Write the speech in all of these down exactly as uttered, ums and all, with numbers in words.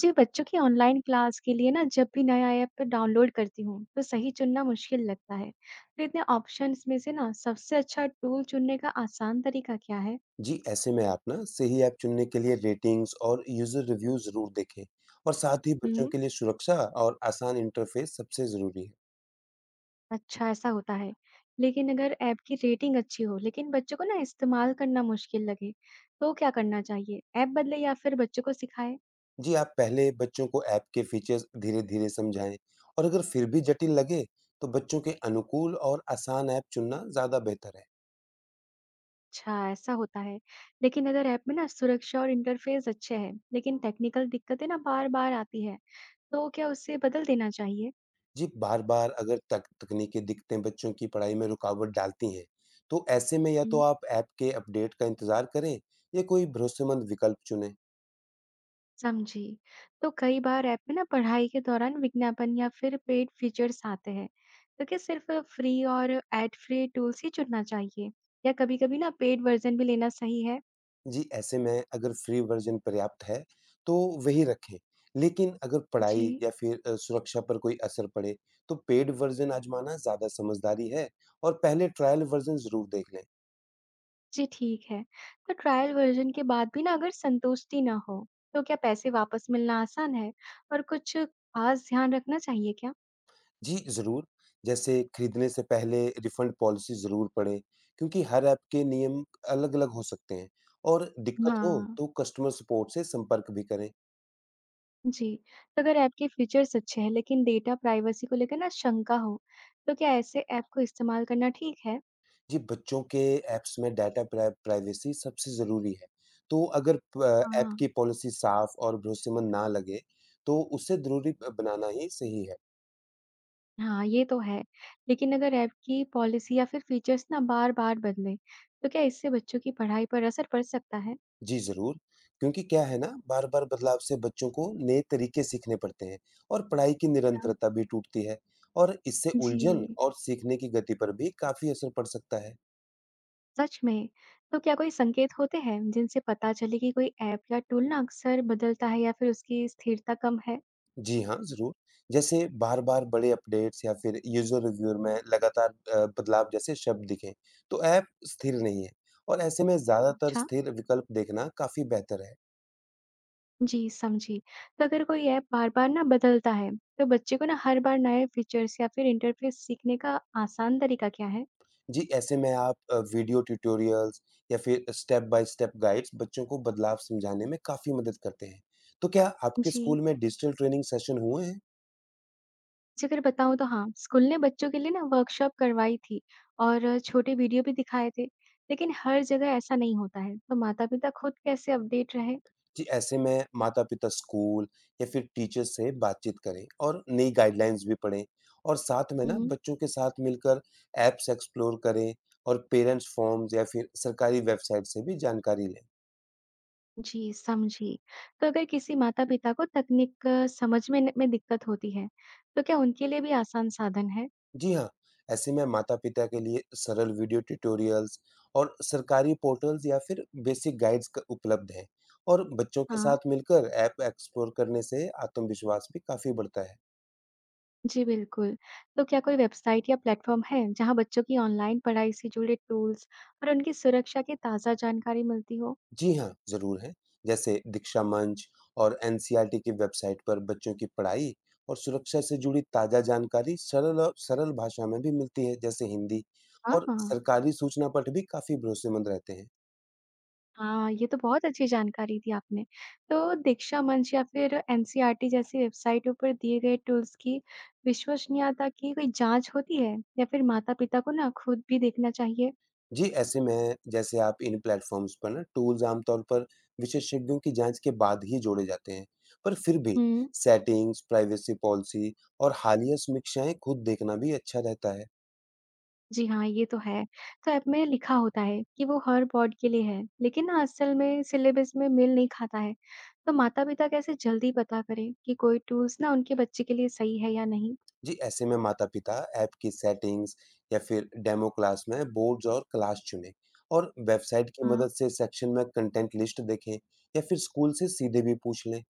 जी, बच्चों की online class के लिए ना जब भी नया ऐप डाउनलोड करती हूँ तो सही चुनना मुश्किल लगता है। तो इतने ऑप्शंस में से ना सबसे अच्छा टूल चुनने का आसान तरीका क्या है? जी, ऐसे में आप ना सही ऐप चुनने के लिए रेटिंग्स और यूज़र रिव्यू ज़रूर देखें और साथ ही बच्चों हम्म। के लिए सुरक्षा और आसान इंटरफेस सबसे ज़रूरी है। अच्छा, ऐसा होता है। लेकिन अगर ऐप की रेटिंग अच्छी हो लेकिन बच्चों को ना इस्तेमाल करना मुश्किल लगे तो क्या करना चाहिए? ऐप बदले या फिर बच्चों को सिखाए? जी, आप पहले बच्चों को ऐप के फीचर्स धीरे-धीरे समझाएं और अगर फिर भी जटिल लगे, तो बच्चों के अनुकूल और आसान ऐप चुनना ज़्यादा बेहतर है। अच्छा, ऐसा होता है। लेकिन अगर ऐप में ना सुरक्षा और इंटरफेस अच्छे हैं लेकिन टेक्निकल दिक्कतें ना बार बार आती है तो क्या उसे बदल देना चाहिए? जी, बार-बार अगर तक तकनीकी दिक्कतें बच्चों की पढ़ाई में रुकावट डालती हैं, तो ऐसे में या तो हम्म। आप ऐप के अपडेट का इंतज़ार करें या कोई भरोसेमंद विकल्प चुनें। समझी। तो कई बार ऐप में ना पढ़ाई के दौरान विज्ञापन या फिर पेड फीचर्स आते हैं। तो क्या सिर्फ़ फ्री और एड फ्री टूल्स ही चुनना चाहिए? या कभी-कभी ना पेड वर्ज़न भी लेना सही है? जी, ऐसे में अगर फ्री वर्ज़न पर्याप्त है, तो वही रखें। लेकिन अगर जी। पढ़ाई या फिर अ, सुरक्षा पर कोई असर पड़े, तो पेड वर्ज़न आज़माना ज़्यादा समझदारी है और पहले ट्रायल वर्ज़न ज़रूर देख लें। जी, ठीक है। तो ट्रायल वर्ज़न के बाद भी ना अगर संतुष्टि ना हो, तो क्या पैसे वापस मिलना आसान है? और कुछ ख़ास ध्यान रखना चाहिए क्या? जी, ज़रूर। जैसे खरीदने से पहले रिफ़ंड पॉलिसी ज़रूर पढ़ें, क्योंकि हर ऐप के नियम अलग-अलग हो सकते हैं और दिक्कत हो, हाँ। तो कस्टमर सपोर्ट से संपर्क भी करें। जी। तो अगर ऐप के फीचर्स अच्छे हैं लेकिन डेटा प्राइवेसी को लेकर ना शंका हो, तो क्या ऐसे ऐप को इस्तेमाल करना ठीक है? जी, बच्चों के ऐप्स में डाटा प्रा प्राइवेसी सबसे ज़रूरी है। तो अगर प ऐप हाँ, की पॉलिसी साफ़ और भरोसेमंद ना लगे, तो उसे ज़रूरी ब बनाना ही सही है। हाँ, ये तो है। लेकिन अगर ऐप की पॉलिसी या फिर फीचर्स ना बार-बार बदलें, तो क्या इससे बच्चों की पढ़ाई पर असर पड़ सकता है? जी, ज़रूर। क्योंकि क्या है ना, बार-बार बदलाव से बच्चों को नए तरीके सीखने पड़ते हैं और पढ़ाई की हाँ। निरंतरता भी टूटती है और इससे उलझन जी, और सीखने की गति पर भी काफ़ी असर पड़ सकता है। सच में। तो क्या कोई संकेत होते हैं जिनसे पता चले कि कोई ऐप या टूल ना अक्सर बदलता है या फिर उसकी स्थिरता कम है? जी हाँ, ज़रूर। जैसे बार-बार बड़े अपडेट्स या फिर यूज़र रिव्यूअर में लगातार अ, बदलाव जैसे शब्द दिखें, तो ऐप स्थिर नहीं है और ऐसे में ज़्यादातर अच्छा, स्थिर विकल्प देखना काफ़ी बेहतर है। जी समझी। तो अगर कोई ऐप बार-बार ना बदलता है, तो बच्चे को ना हर बार नए फीचर्स या फिर इंटरफेस सीखने का आसान तरीका क्या है? जी, ऐसे में आप अ, वीडियो ट्यूटोरियल्स या फिर स्टेप बाय स्टेप गाइड्स बच्चों को बदलाव समझाने में काफ़ी मदद करते हैं। तो क्या आपके जी। स्कूल में डिजिटल ट्रेनिंग सेशन हुए हैं? जी, अगर बताऊँ तो हाँ, स्कूल ने बच्चों के लिए ना वर्कशॉप करवाई थी और छोटे वीडियो भी दिखाए थे, लेकिन हर जगह ऐसा नहीं होता है, तो माता-पिता खुद कैसे अपडेट रहे? जी, ऐसे में माता-पिता स्कूल या फिर टीचर से बातचीत करें और नई गाइडलाइंस भी पढ़ें और साथ में ना हुँ, बच्चों के साथ मिलकर ऐप्स एक्सप्लोर करें और पेरेंट्स फॉर्म्स या फिर सरकारी वेबसाइट से भी जानकारी लें। जी, समझी। तो अगर किसी माता-पिता को तकनीक अ, समझ में न में दिक्कत होती है, तो क्या उनके लिए भी आसान साधन है? जी हाँ, ऐसे में माता-पिता के लिए सरल वीडियो ट्यूटोरियल्स और सरकारी पोर्टल्स या फिर बेसिक गाइड्स क उपलब्ध हैं और बच्चों के हाँ, साथ मिलकर ऐप एक्सप्लोर करने से आत्मविश्वास भी काफ़ी बढ़ता है। जी बिल्कुल। तो क्या कोई वेबसाइट या प्लेटफ़ॉर्म है, जहाँ बच्चों की ऑनलाइन पढ़ाई से जुड़े टूल्स और उनकी सुरक्षा की ताज़ा जानकारी मिलती हो? जी हाँ, ज़रूर है। जैसे दीक्षा मंच और N C E R T की वेबसाइट पर बच्चों की पढ़ाई और सुरक्षा से जुड़ी ताज़ा जानकारी सरल और सरल भाषा में भी मिलती है, जैसे हिंदी हाँ। और हाँ। सरकारी सूचना पट भी काफ़ी भरोसेमंद रहते हैं। हाँ, ये तो बहुत अच्छी जानकारी दी आपने। तो दीक्षा मंच या फिर एनसीईआरटी जैसी वेबसाइटों पर दिए गए टूल्स की विश्वसनीयता की कोई जाँच होती है? या फिर माता-पिता को ना खुद भी देखना चाहिए? जी, ऐसे में जैसे आप इन प्लेटफ़ॉर्म्स पर ना टूल्स आमतौर पर विशेषज्ञों की जाँच के बाद ही जोड़े जाते हैं, पर फिर भी हुँ, सेटिंग्स, प्राइवेसी पॉलिसी और हालिया समीक्षाएँ खुद देखना भी अच्छा रहता है। जी हाँ, ये तो है। तो ऐप में लिखा होता है कि वो हर बोर्ड के लिए है, लेकिन ना असल में सिलेबस में मेल नहीं खाता है। तो माता-पिता कैसे जल्दी पता करें कि कोई टूल्स ना उनके बच्चे के लिए सही है या नहीं? जी, ऐसे में माता-पिता ऐप की सेटिंग्स या फिर डेमो क्लास में बोर्ड्स और क्लास चुनें और वेबसाइट की हाँ। मदद से सेक्शन में कंटेंट लिस्ट देखें या फिर स्कूल से सीधे भी पूछ लें।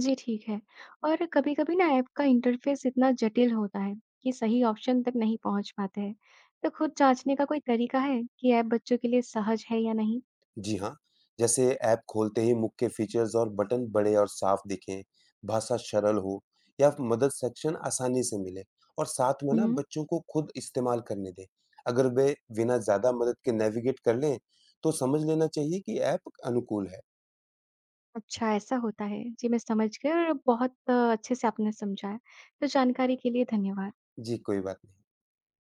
जी, ठीक है। और कभी-कभी ना ऐप का इंटरफ़ेस इतना जटिल होता है कि सही ऑप्शन तक नहीं पहुँच पाते हैं। तो खुद जाँचने का कोई तरीका है कि ऐप बच्चों के लिए सहज है या नहीं? जी हाँ, जैसे ऐप खोलते ही मुख्य फीचर्स और बटन बड़े और साफ दिखें, भाषा सरल हो या मदद सेक्शन आसानी से मिले और साथ में ना हुँ। बच्चों को खुद इस्तेमाल करने दें। अगर वे बिना ज़्यादा मदद के नेविगेट कर लें, तो समझ लेना चाहिए कि ऐप अनुकूल है। अच्छा, ऐसा होता है। जी, मैं समझ गई और बहुत अ, अच्छे से आपने समझाया। तो जानकारी के लिए धन्यवाद। जी, कोई बात नहीं।